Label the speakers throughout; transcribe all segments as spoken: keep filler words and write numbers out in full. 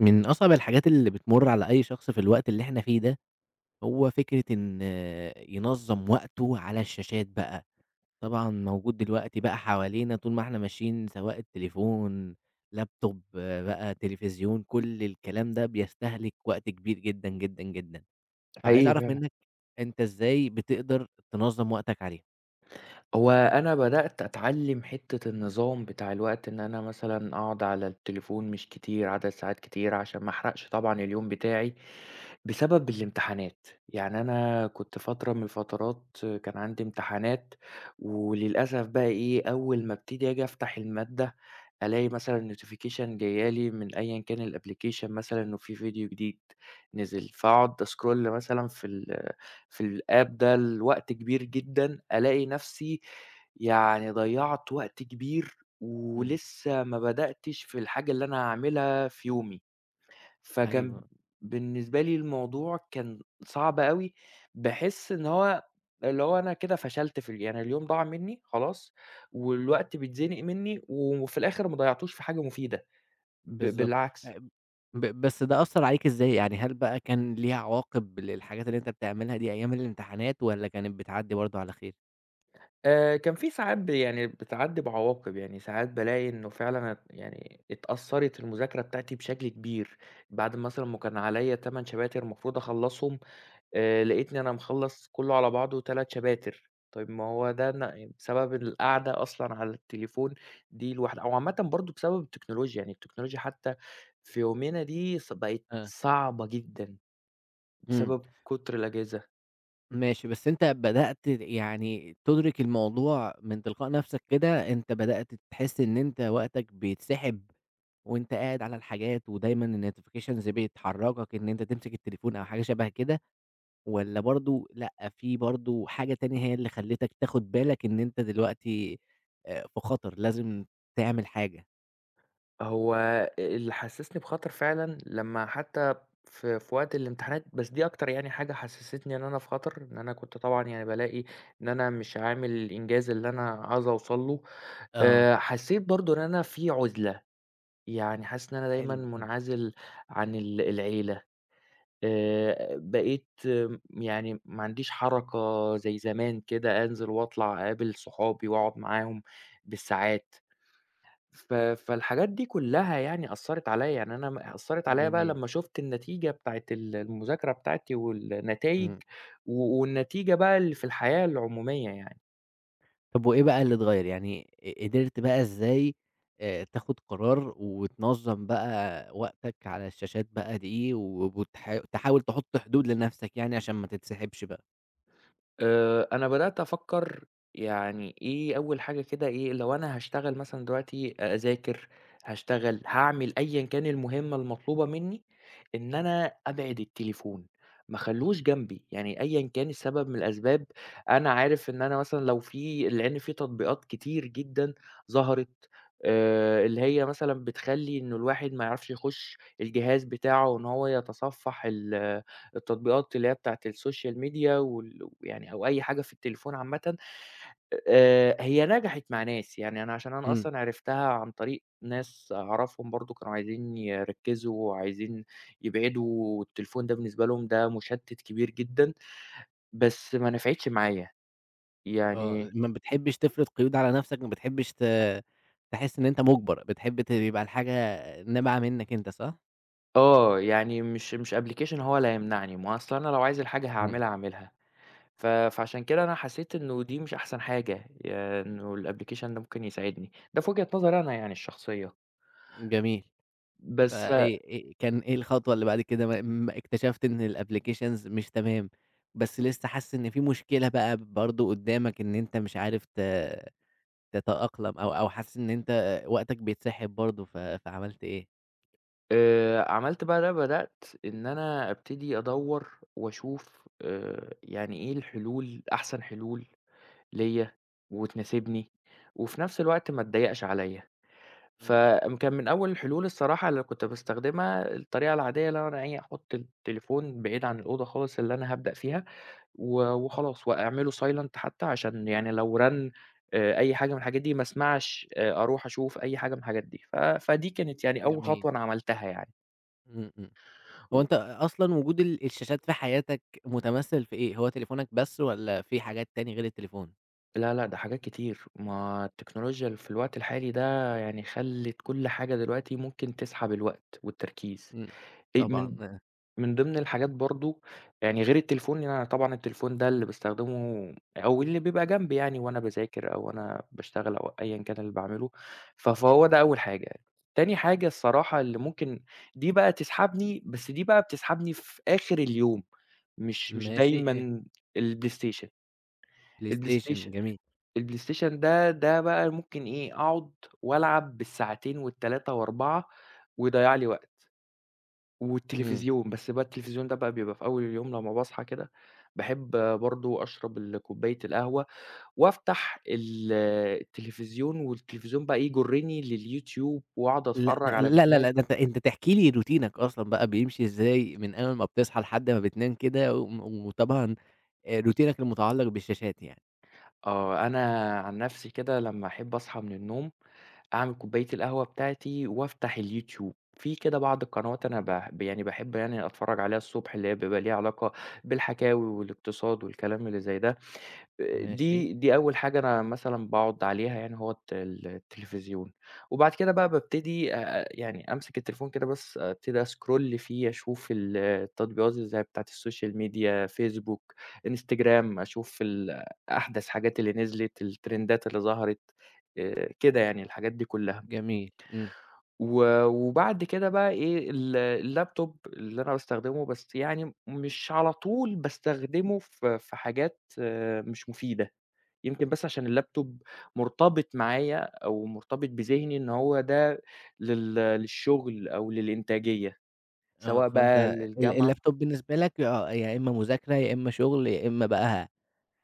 Speaker 1: من أصعب الحاجات اللي بتمُر على أي شخص في الوقت اللي إحنا فيه ده، هو فكرة إن ينظّم وقته على الشاشات بقى. طبعًا موجود دلوقتي بقى حوالينا طول ما إحنا ماشيين سواء التليفون، لابتوب بقى، تلفزيون، كل الكلام ده بيستهلك وقت كبير جدًا، جدًا، جدًا، فعايز
Speaker 2: حقيقي
Speaker 1: أعرف
Speaker 2: فعلًا.
Speaker 1: منّك أنت إزاي بتقدر تنظّم وقتك عليه؟
Speaker 2: هو أنا بدأت أتعلّم حتّة النظام بتاع الوقت، إن أنا مثلًا أقعد على التليفون مش كتير، عدد ساعات كتير، عشان ما أحرقش طبعًا اليوم بتاعي. بسبب الامتحانات، يعني أنا كنت فترة من الفترات كان عندي امتحانات، وللأسف بقى إيه، أول ما ابتدي آجي أفتح المادة، ألاقي مثلًا notification جاية لي من أيًا كان الapplication مثلًا إنه في فيديو جديد نزل، فأقعد أسكرول مثلًا في ال في الapp ده لوقت كبير جدًا، ألاقي نفسي يعني ضيّعت وقت كبير
Speaker 1: إمم،
Speaker 2: ولسه ما بدأتش في الحاجة اللي أنا هاعملها في يومي. فكان
Speaker 1: أيوه.
Speaker 2: بالنسبة لي الموضوع كان صعب أوي، باحس إن هو اللي هو أنا كده فشلت في ال يعني اليوم ضاع منّي خلاص، والوقت بيتزنق منّي، وفي الآخر ما ضيّعتوش في حاجة مفيدة، ب
Speaker 1: بالضبط.
Speaker 2: بالعكس.
Speaker 1: أ ب بس ده أثّر عليكِ إزاي؟ يعني هل بقى كان ليها عواقب للحاجات اللي أنت بتعملها دي أيام الامتحانات والّا كانت بتعدّي برضه على خير؟
Speaker 2: آآ كان في ساعات ب يعني بتعدّي بعواقب، يعني ساعات بالاقي إنه فعلًا أنا يعني اتأثّرت المذاكرة بتاعتي بشكل كبير، بعد مثلًا ما كان عليّا تمن شباتر المفروض أخلّصهم، آآ لقيتني أنا مخلّص كُلّه على بعضه ثلاثة شباتر، طيب ما هو ده ن يعني بسبب القعدة أصلًا على التليفون دي لوحدها أو عامةً برضه بسبب التكنولوجيا، يعني التكنولوجيا حتى في يومنا دي ص بقت
Speaker 1: آه.
Speaker 2: صعبة جدًا
Speaker 1: إمم.
Speaker 2: بسبب كُتر الأجهزة.
Speaker 1: ماشي، بس أنت بدأت يعني تُدرك الموضوع من تلقاء نَفْسك كده، أنت بدأت تحس إن أنت وقتك بيتسحب وأنت قاعد على الحاجات ودايمًا الnotifications بتحرّكك إن أنت تمسك التليفون أو حاجة شَبه كده؟ والّا برضه لأ، في برضه حاجة تانية هي اللي خلّتك تاخد بالك إن أنت دلوقتي آآ في خطر، لازم تعمل حاجة؟
Speaker 2: هو اللي حسّسني بخطر فعلًا لمّا حتى في في وقت الامتحانات، بس دي أكتر يعني حاجة حسّستني إن أنا في خطر، إن أنا كنت طبعًا يعني بالاقي إن أنا مش عامل الإنجاز اللي أنا عايز أوصل له.
Speaker 1: آه، آه،
Speaker 2: آآ حسّيت برضه إن أنا في عُزلة. يعني حاسس إن أنا دايمًا
Speaker 1: حلو، إمم،
Speaker 2: منعزل عن ال العيلة،
Speaker 1: إمم.
Speaker 2: آآ بقيت م يعني ما عنديش حركة زي زمان كده أنزل وأطلع أقابل صحابي وأقعد معاهم بالساعات، ف فالحاجات دي كلّها يعني أثّرت عليَّ، يعني أنا م أثّرت عليَّ بقى
Speaker 1: جميل.
Speaker 2: لمّا شُفت النتيجة بتاعة ال المذاكرة بتاعتي والنتايج
Speaker 1: إمم.
Speaker 2: و والنتيجة بقى اللي في الحياة العمومية يعني.
Speaker 1: طب وإيه بقى اللي اتغيّر؟ يعني ق قدرت بقى إزاي آآ تاخد قرار وتنظّم بقى وقتك على الشاشات بقى دي وبتح تحاول تحُط حدود لنَفْسك يعني عشان ما تتسحبش بقى؟
Speaker 2: آآ، أنا بدأت أفكّر يعني إيه أول حاجة كده إيه، لو أنا هاشتغل مثلًا دلوقتي أ أذاكر، هاشتغل، هاعمل أيًا كان المهمة المطلوبة منّي، إن أنا أبعد التليفون، ما اخلّوش جنبي، يعني أيًا كان السبب من الأسباب، أنا عارف إن أنا مثلًا لو في لإن في تطبيقات كتير جدًا ظهرت، آآ، اللي هي مثلًا بتخلّي إنه الواحد ما يعرفش يخُش الجهاز بتاعه، إن هو يتصفّح ال التطبيقات اللي هي بتاعة السوشيال ميديا وال يعني أو أي حاجة في التليفون عامةً، آآ هي نجحت مع ناس، يعني أنا عشان أنا
Speaker 1: إمم.
Speaker 2: أصلًا عرفتها عن طريق ناس أعرفهم برضه كانوا عايزين يركّزوا وعايزين يبعدوا التليفون ده بالنسبة لهم ده مشتِّت كبير جدًا، بس ما نفعتش معايا،
Speaker 1: آه،
Speaker 2: يعني
Speaker 1: ما بتحبش تفرض قيود على نفسك، ما بتحبش ت تحس إن أنت مُجبَر، بتحب ت يبقى الحاجة نابعة منّك أنت صح؟
Speaker 2: آه، يعني مش مش application هو اللي هيمنعني، ما هو أصل أنا لو عايز الحاجة
Speaker 1: إمم.
Speaker 2: هاعملها، هاعملها. ف فعشان كده أنا حسيت إنه دي مش أحسن حاجة، يا إنه الapplication ده ممكن يساعدني، ده في وجهة نظري أنا يعني الشخصية،
Speaker 1: جميل،
Speaker 2: بس
Speaker 1: فإيه إيه إيه، كان إيه الخطوة اللي بعد كده ما أمّا اكتشفت إن الapplications مش تمام، بس لسه حاسس إن في مشكلة بقى برضه قدّامك إن أنت مش عارف ت تتأقلم أو أو حاسس إن أنت وقتك بيتسحب برضه ف فعملت إيه؟
Speaker 2: آآ عملت بقى ده بدأت إن أنا أبتدي أدوّر وأشوف آآ يعني إيه الحلول أحسن حلول ليّا وتناسبني، وفي نفس الوقت ما تضايقش عليّا،
Speaker 1: إمم،
Speaker 2: فكان من أول الحلول الصراحة اللي كنت باستخدمها الطريقة العادية اللي هو أنا إيه أحط التليفون بعيد عن الأوضة خالص اللي أنا هابدأ فيها و وخلاص، واعمله silent حتى عشان يعني لو رن آآ أي حاجة من الحاجات دي ما اسمعش آآ أروح أشوف أي حاجة من الحاجات دي، ف فدي كانت يعني أول
Speaker 1: جميل.
Speaker 2: خطوة أنا عملتها يعني.
Speaker 1: إمم، إمم. هو
Speaker 2: و
Speaker 1: أنت أصلًا وجود ال الشاشات في حياتك متمثّل في إيه؟ هو تليفونك بس والّا في حاجات تاني غير التليفون؟
Speaker 2: لا، لأ، ده حاجات كتير، ما التكنولوجيا اللي في الوقت الحالي ده يعني خلِّت كل حاجة دلوقتي ممكن تسحب الوقت والتركيز.
Speaker 1: إمم،
Speaker 2: آآ
Speaker 1: طبعًا
Speaker 2: من
Speaker 1: آه،
Speaker 2: من ضمن الحاجات برضه يعني غير التليفون، لإن أنا طبعًا التليفون ده اللي باستخدمه أو اللي بيبقى جنبي يعني وأنا باذاكر أو وأنا باشتغل أو أيًا كان اللي باعمله، ف فهو ده أول حاجة. تاني حاجة الصراحة اللي ممكن دي بقى تسحبني، بس دي بقى بتسحبني في آخر اليوم، مش مش
Speaker 1: ماشي آه،
Speaker 2: دايمًا البلايستيشن،
Speaker 1: PlayStation
Speaker 2: البلايستيشن
Speaker 1: جميل،
Speaker 2: البلايستيشن ده ده بقى ممكن إيه، أقعد وألعب بالساعتين وال3 و4 ويضيّع لي وقت.
Speaker 1: إمم،
Speaker 2: والتليفزيون، بس بقى التليفزيون ده بقى بيبقى في أول اليوم لمّا باصحى كده، باحب برضه أشرب ال كوباية القهوة وأفتح ال التلفزيون، والتلفزيون بقى يجرني لليوتيوب وأقعد
Speaker 1: لأ
Speaker 2: أتفرّج
Speaker 1: ده
Speaker 2: على
Speaker 1: لا، لا، لأ
Speaker 2: فيديوهات.
Speaker 1: ده أنت أنت تحكي لي روتينك أصلًا بقى بيمشي إزاي من أول ما بتصحى لحد ما بتنام كده، وم وطبعًا آآ روتينك المتعلق بالشاشات يعني.
Speaker 2: آه، أنا عن نفسي كده لمّا أحب أصحى من النوم، أعمل كوباية القهوة بتاعتي وأفتح اليوتيوب، في كده بعض القنوات أنا باحب يعني باحب يعني أتفرّج عليها الصبح، اللي هي بيبقى ليها علاقة بالحكاوي والاقتصاد والكلام اللي زي ده. آآ
Speaker 1: ماشي،
Speaker 2: دي دي أول حاجة أنا مثلًا باقعد عليها يعني هو الت التليفزيون، وبعد كده بقى بابتدي آآ آآ يعني أمسك التليفون كده بس أبتدي scroll فيه أشوف ال التطبيقات زي بتاعة السوشيال ميديا، فيسبوك، إنستجرام، أشوف ال أحدث حاجات اللي نزلت، الترندات اللي ظهرت، آآ كده يعني الحاجات دي كلها.
Speaker 1: جميل، إمم،
Speaker 2: و وبعد كده بقى إيه ال اللابتوب اللي أنا باستخدمه بس يعني مش على طول باستخدمه في في حاجات آه، مش مفيدة. يمكن بس عشان اللابتوب مرتبط معايا أو مرتبط بذهني إن هو ده لل للشغل أو للإنتاجية،
Speaker 1: آه،
Speaker 2: سواء
Speaker 1: فأنت
Speaker 2: بقى
Speaker 1: ال
Speaker 2: للجامعة
Speaker 1: اللابتوب بالنسبة لك آه، يا إمّا مذاكرة، يا إمّا شغل، يا إمّا بقى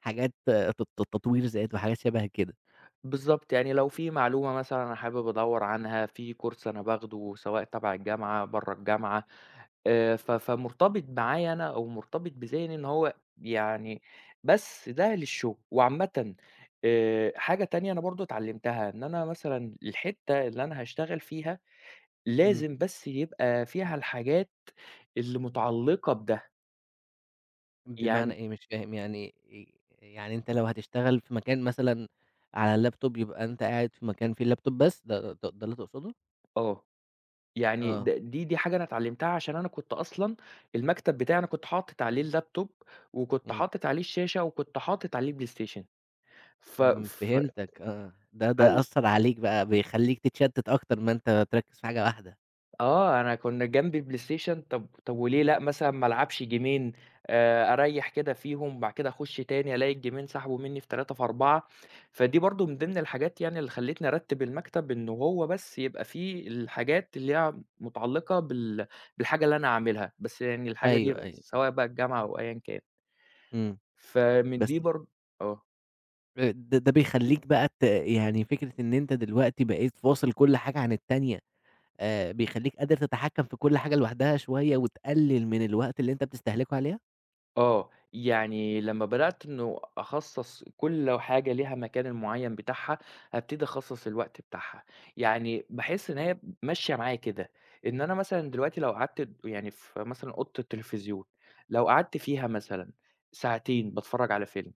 Speaker 1: حاجات ت تطوير ذات وحاجات شبه كده.
Speaker 2: بالضبط، يعني لو في معلومة مثلًا أنا حابب أدوّر عنها، في كورس أنا باخده سواء تبع الجامعة، برّه الجامعة، آآ ف فمرتبط معايا أنا أو مرتبط بذهني إن هو يعني بس ده للشغل. وعامةً آآ حاجة تانية أنا برضه اتعلّمتها، إن أنا مثلًا الحتّة اللي أنا هاشتغل فيها
Speaker 1: إمم،
Speaker 2: لازم بس يبقى فيها الحاجات اللي متعلّقة بده،
Speaker 1: بمعنى
Speaker 2: يعني
Speaker 1: إيه؟ مش فاهم يعني إ يعني أنت لو هتشتغل في مكان مثلًا على اللابتوب يبقى أنت قاعد في مكان فيه اللابتوب بس ده ده ده اللي تقصده؟
Speaker 2: آه، يعني
Speaker 1: آه،
Speaker 2: د دي دي حاجة أنا اتعلّمتها عشان أنا كنت أصلًا المكتب بتاعي أنا كنت حاطط عليه اللاب توب، وكنت
Speaker 1: إمم،
Speaker 2: حاطط عليه الشاشة، وكنت حاطط عليه البلاي ستيشن. ف
Speaker 1: إمم،
Speaker 2: ف
Speaker 1: فهمتك آه، ده ده
Speaker 2: ف
Speaker 1: أثّر عليك بقى بيخلّيك تتشتت أكتر ما أنت تركّز في حاجة واحدة،
Speaker 2: آه، أنا كنا جنبي بلاي ستيشن، طب طب وليه لأ مثلًا ما ألعبش جيمين، آآ أريّح كده فيهم، بعد كده أخش تاني ألاقي الجيمين سحبوا منّي في تلاتة في أربعة، فدي برضه من ضمن الحاجات يعني اللي خلّتني أرتّب المكتب إنه هو بس يبقى فيه الحاجات اللي هي متعلقة بال بالحاجة اللي أنا هاعملها، بس يعني الحاجة دي
Speaker 1: أيوه، أيوه،
Speaker 2: سواء بقى الجامعة أو أيًا كان،
Speaker 1: إمم،
Speaker 2: فمن
Speaker 1: بس
Speaker 2: دي برض آه.
Speaker 1: آآ ده ده بيخلّيك بقى ت يعني فكرة إن أنت دلوقتي بقيت فاصل كل حاجة عن التانية آآ بيخلّيك قادر تتحكّم في كل حاجة لوحدها شوية وتقلل من الوقت اللي أنت بتستهلكه عليها؟
Speaker 2: آه، يعني لمّا بدأت إنه أخصّص كل حاجة ليها مكان المعيّن بتاعها، هابتدي أخصّص الوقت بتاعها، يعني باحس إن هي ماشية معايا كده، إن أنا مثلًا دلوقتي لو قعدت د يعني في مثلًا أوضة التلفزيون، لو قعدت فيها مثلًا ساعتين باتفرّج على فيلم،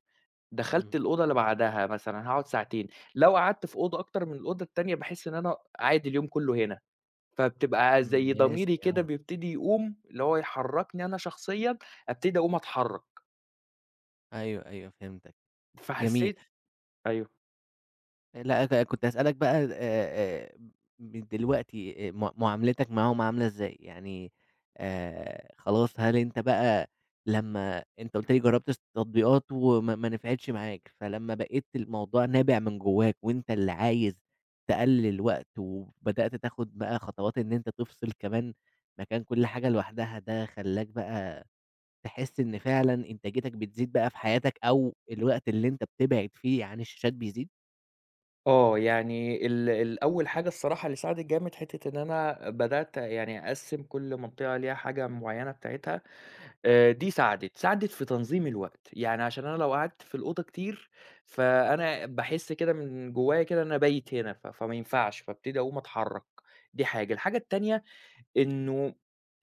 Speaker 2: دخلت
Speaker 1: إمم.
Speaker 2: الأوضة اللي بعدها مثلًا هاقعد ساعتين، لو قعدت في أوضة أكتر من الأوضة التانية باحس إن أنا قاعد اليوم كلّه هنا، فبتبقى
Speaker 1: إمم،
Speaker 2: زي
Speaker 1: ماشي
Speaker 2: ضميري كده
Speaker 1: آه،
Speaker 2: بيبتدي يقوم، اللي هو يحرّكني أنا شخصيًا أبتدي أقوم أتحرّك.
Speaker 1: أيوه، أيوه فهمتك، جميل.
Speaker 2: فحسيت أيوه،
Speaker 1: لأ ك كنت هاسألك بقى آآ آآ ب دلوقتي آآ مع معاملتك معاهم عاملة إزاي؟ يعني آآ خلاص هل أنت بقى لمّا أنت قُلت لي جرّبت الس التطبيقات وما ما نفعتش معاك، فلمّا بقيت الموضوع نابع من جواك وأنت اللي عايز تقلل وقت وبدأت تاخد بقى خطوات إن أنت تفصل كمان مكان كل حاجة لوحدها، ده خلّاك بقى تحس إن فعلًا إنتاجيتك بتزيد بقى في حياتك أو الوقت اللي أنت بتبعد فيه عن الشاشات بيزيد؟
Speaker 2: آه، يعني ال الأول حاجة الصراحة اللي ساعدت جامد حتّة إن أنا بدأت يعني أقسّم كل منطقة ليها حاجة معيّنة بتاعتها، آآ، دي ساعدت، ساعدت في تنظيم الوقت، يعني عشان أنا لو قعدت في الأوضة كتير، فأنا باحس كده من جوايا كده إن أنا بايت هنا، ف فما ينفعش، فابتدي أقوم أتحرّك، دي حاجة. الحاجة التانية إنه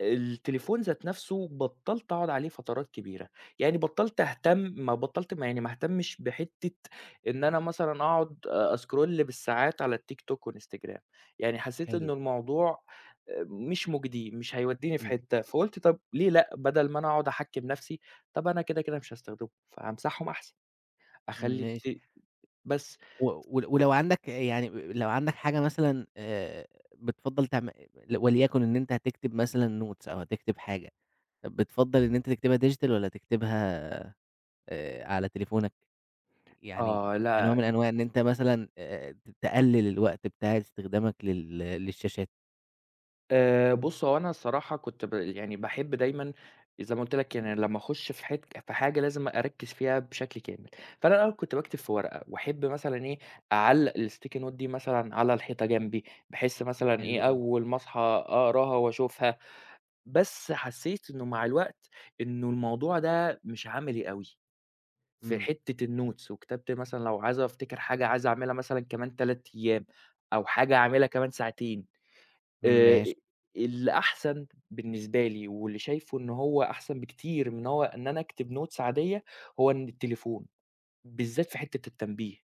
Speaker 2: التليفون ذات نَفْسه بطّلت أقعد عليه فترات كبيرة، يعني بطّلت أهتم ما بطّلت ما يعني ما أهتمش بحتّة إن أنا مثلًا أقعد أ أscroll بالساعات على الTikTok وإنستجرام، يعني حسّيت
Speaker 1: حلو،
Speaker 2: إنه الموضوع آآ مش مُجدي، مش هيودّيني في
Speaker 1: إمم.
Speaker 2: حتّة، فقُلت طَب ليه لأ، بدل ما أنا أقعد أحكّم نَفْسي، طَب أنا كده، كده مش هاستخدمه، فهامسحهم أحسن، أخلّي
Speaker 1: ماشي،
Speaker 2: الت بس.
Speaker 1: و ول ولو عندك يعني لو عندك حاجة مثلًا آآ، بتفضّل تعم وليكن إن أنت هتكتب مثلًا notes أو هتكتب حاجة، بتفضّل إن أنت تكتبها digital والّا تكتبها آآ، على تليفونك؟ يعني
Speaker 2: آه،
Speaker 1: كنوع
Speaker 2: لأ
Speaker 1: من أنواع إن أنت مثلًا آآ، ت تقلل الوقت بتاع استخدامك لل للشاشات.
Speaker 2: آآ بُص، هو أنا الصراحة كنت ب يعني باحب دايمًا زي ما قُلت لك يعني لمّا أخُش في حت في حاجة لازم أركّز فيها بشكل كامل، فأنا الأول كنت باكتب في ورقة وأحب مثلًا إيه، أعلّق الsticky note دي مثلًا على الحيطة جنبي، بحيث مثلًا إيه،
Speaker 1: حلو أوي.
Speaker 2: أول ما أصحى أقراها وأشوفها، بس حسّيت إنه مع الوقت إنه الموضوع ده مش عملي أوي في
Speaker 1: إمم،
Speaker 2: حتّة الnotes وكتابتي مثلًا لو عايز أفتكر حاجة عايز أعملها مثلًا كمان ثلاثة أيام أو حاجة هاعملها كمان ساعتين. آآ،
Speaker 1: ماشي،
Speaker 2: اللي أحسن بالنسبة لي واللي شايفه إن هو أحسن بكتير من هو إن أنا أكتب notes عادية، هو إن التليفون، بالذات في حتّة التنبيه.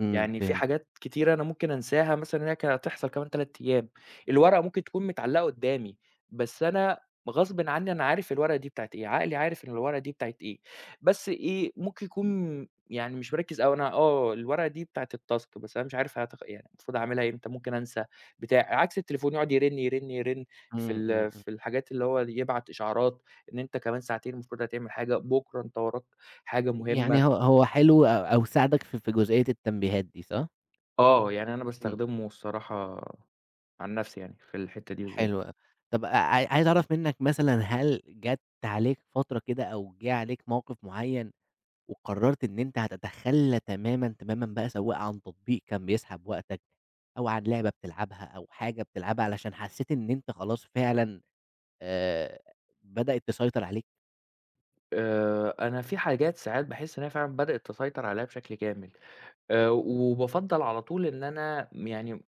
Speaker 1: إمم،
Speaker 2: يعني في
Speaker 1: فهمتك،
Speaker 2: حاجات كتيرة أنا ممكن أنساها مثلًا إن هي كانت هتحصل كمان ثلاثة أيام، الورقة ممكن تكون متعلقة قدّامي، بس أنا غصبٍ عني أنا عارف الورقة دي بتاعة إيه، عقلي عارف إن الورقة دي بتاعة إيه، بس إيه ممكن يكون يعني مش مركّز أوي، أنا آه الورقة دي بتاعة الtask بس أنا مش عارف هتخ يعني المفروض أعملها إمتى، ممكن أنسى بتاع، عكس التليفون يقعد يرن، يرن، يرن
Speaker 1: إمم،
Speaker 2: في
Speaker 1: إمم،
Speaker 2: ال
Speaker 1: إمم.
Speaker 2: في الحاجات اللي هو يبعت إشعارات إن أنت كمان ساعتين المفروض هتعمل حاجة، بُكرة أنت وراك حاجة مهمة.
Speaker 1: يعني هو هو حلو أو أو ساعدك في في جزئية التنبيهات دي صح؟
Speaker 2: آه، يعني أنا
Speaker 1: إمم،
Speaker 2: باستخدمه الصراحة عن نفسي يعني في الحتّة دي بالذات.
Speaker 1: حلو أوي. طب أ عاي عايز أعرف منّك مثلًا هل جات عليك فترة كده أو جِه عليك موقف معيّن وقررت إن أنت هتتخلّى تمامًا، تمامًا بقى سواء عن تطبيق كان بيسحب وقتك أو عن لعبة بتلعبها أو حاجة بتلعبها علشان حسّيت إن أنت خلاص فعلًا آآ بدأت تسيطر عليك؟
Speaker 2: آآ أنا في حاجات ساعات باحس إن هي فعلًا بدأت تسيطر عليّا بشكل كامل، آآ وبافضّل على طول إن أنا م يعني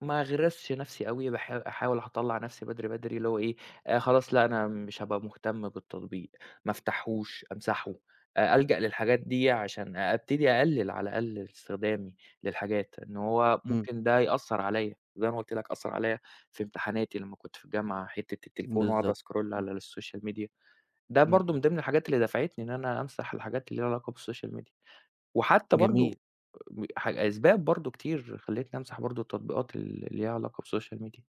Speaker 2: ما أغرِسش نَفْسي أوي، باح أحاول أطلّع نَفْسي بدري، بدري اللي هو إيه، آآ خلاص لأ أنا مش هابقى مهتم بالتطبيق، ما أفتحهوش، أمسحه، أ ألجأ للحاجات دي عشان أ أبتدي أقلِّل على الأقل استخدامي للحاجات، إن هو
Speaker 1: إمم،
Speaker 2: ممكن ده يأثّر عليّا، زي ما قُلت لك أثّر عليّا في امتحاناتي لمّا كنت في الجامعة، حتّة التليفون وأقعد
Speaker 1: بالضبط.
Speaker 2: أscroll
Speaker 1: إمم،
Speaker 2: على السوشيال ميديا، ده
Speaker 1: إمم،
Speaker 2: برضه
Speaker 1: إمم،
Speaker 2: من ضمن الحاجات اللي دفعتني إن أنا أمسح الحاجات اللي ليها علاقة بالسوشيال ميديا. وحتى
Speaker 1: جميل.
Speaker 2: برضه م ح أسباب برضه كتير خلّتني أمسح برضه التطبيقات ال اللي ليها علاقة بسوشيال ميديا.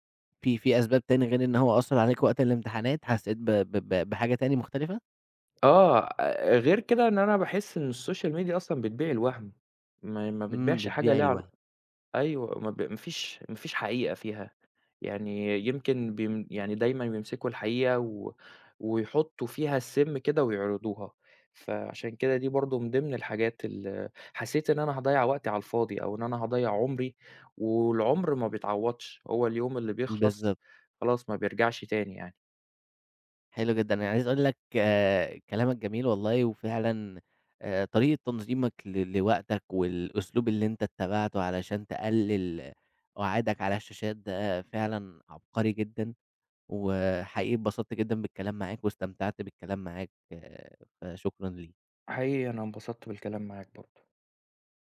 Speaker 1: في في أسباب تاني غير إن هو أثّر عليكِ وقت الامتحانات، حسّيت ب ب ب بحاجة تاني مختلفة؟
Speaker 2: آه، غير كده إن أنا باحس إن السوشيال ميديا أصلًا بتبيع الوهم، ما ما
Speaker 1: إمم،
Speaker 2: بتبيعش حاجة
Speaker 1: بتبيعي
Speaker 2: ليها عل
Speaker 1: الوهم،
Speaker 2: أيوه، ما ب ما فيش ما فيش حقيقة فيها، يعني يمكن بيم يعني دايمًا بيمسكوا الحقيقة و ويحطّوا فيها السِم كده ويعرضوها، فعشان كده دي برضه من ضمن الحاجات ال حسيت إن أنا هاضيّع وقتي على الفاضي أو إن أنا هاضيّع عُمري، والعُمر ما بيتعوّضش، هو اليوم اللي بيخلص
Speaker 1: بالضبط،
Speaker 2: خلاص ما بيرجعش تاني يعني،
Speaker 1: حلو جدًا. أنا عايز أقول لك آآ، كلامك جميل والله، وفعلًا آآ طريقة تنظيمك ل لوقتك والأسلوب اللي أنت اتّبعته علشان تقلل قعادك على الشاشات ده فعلًا عبقري جدًا، وحقيقي اتبسطت جدًا بالكلام معاك واستمتعت بالكلام معاك، آه، فشكرًا ليك.
Speaker 2: حقيقي أنا انبسطت بالكلام معاك برضه.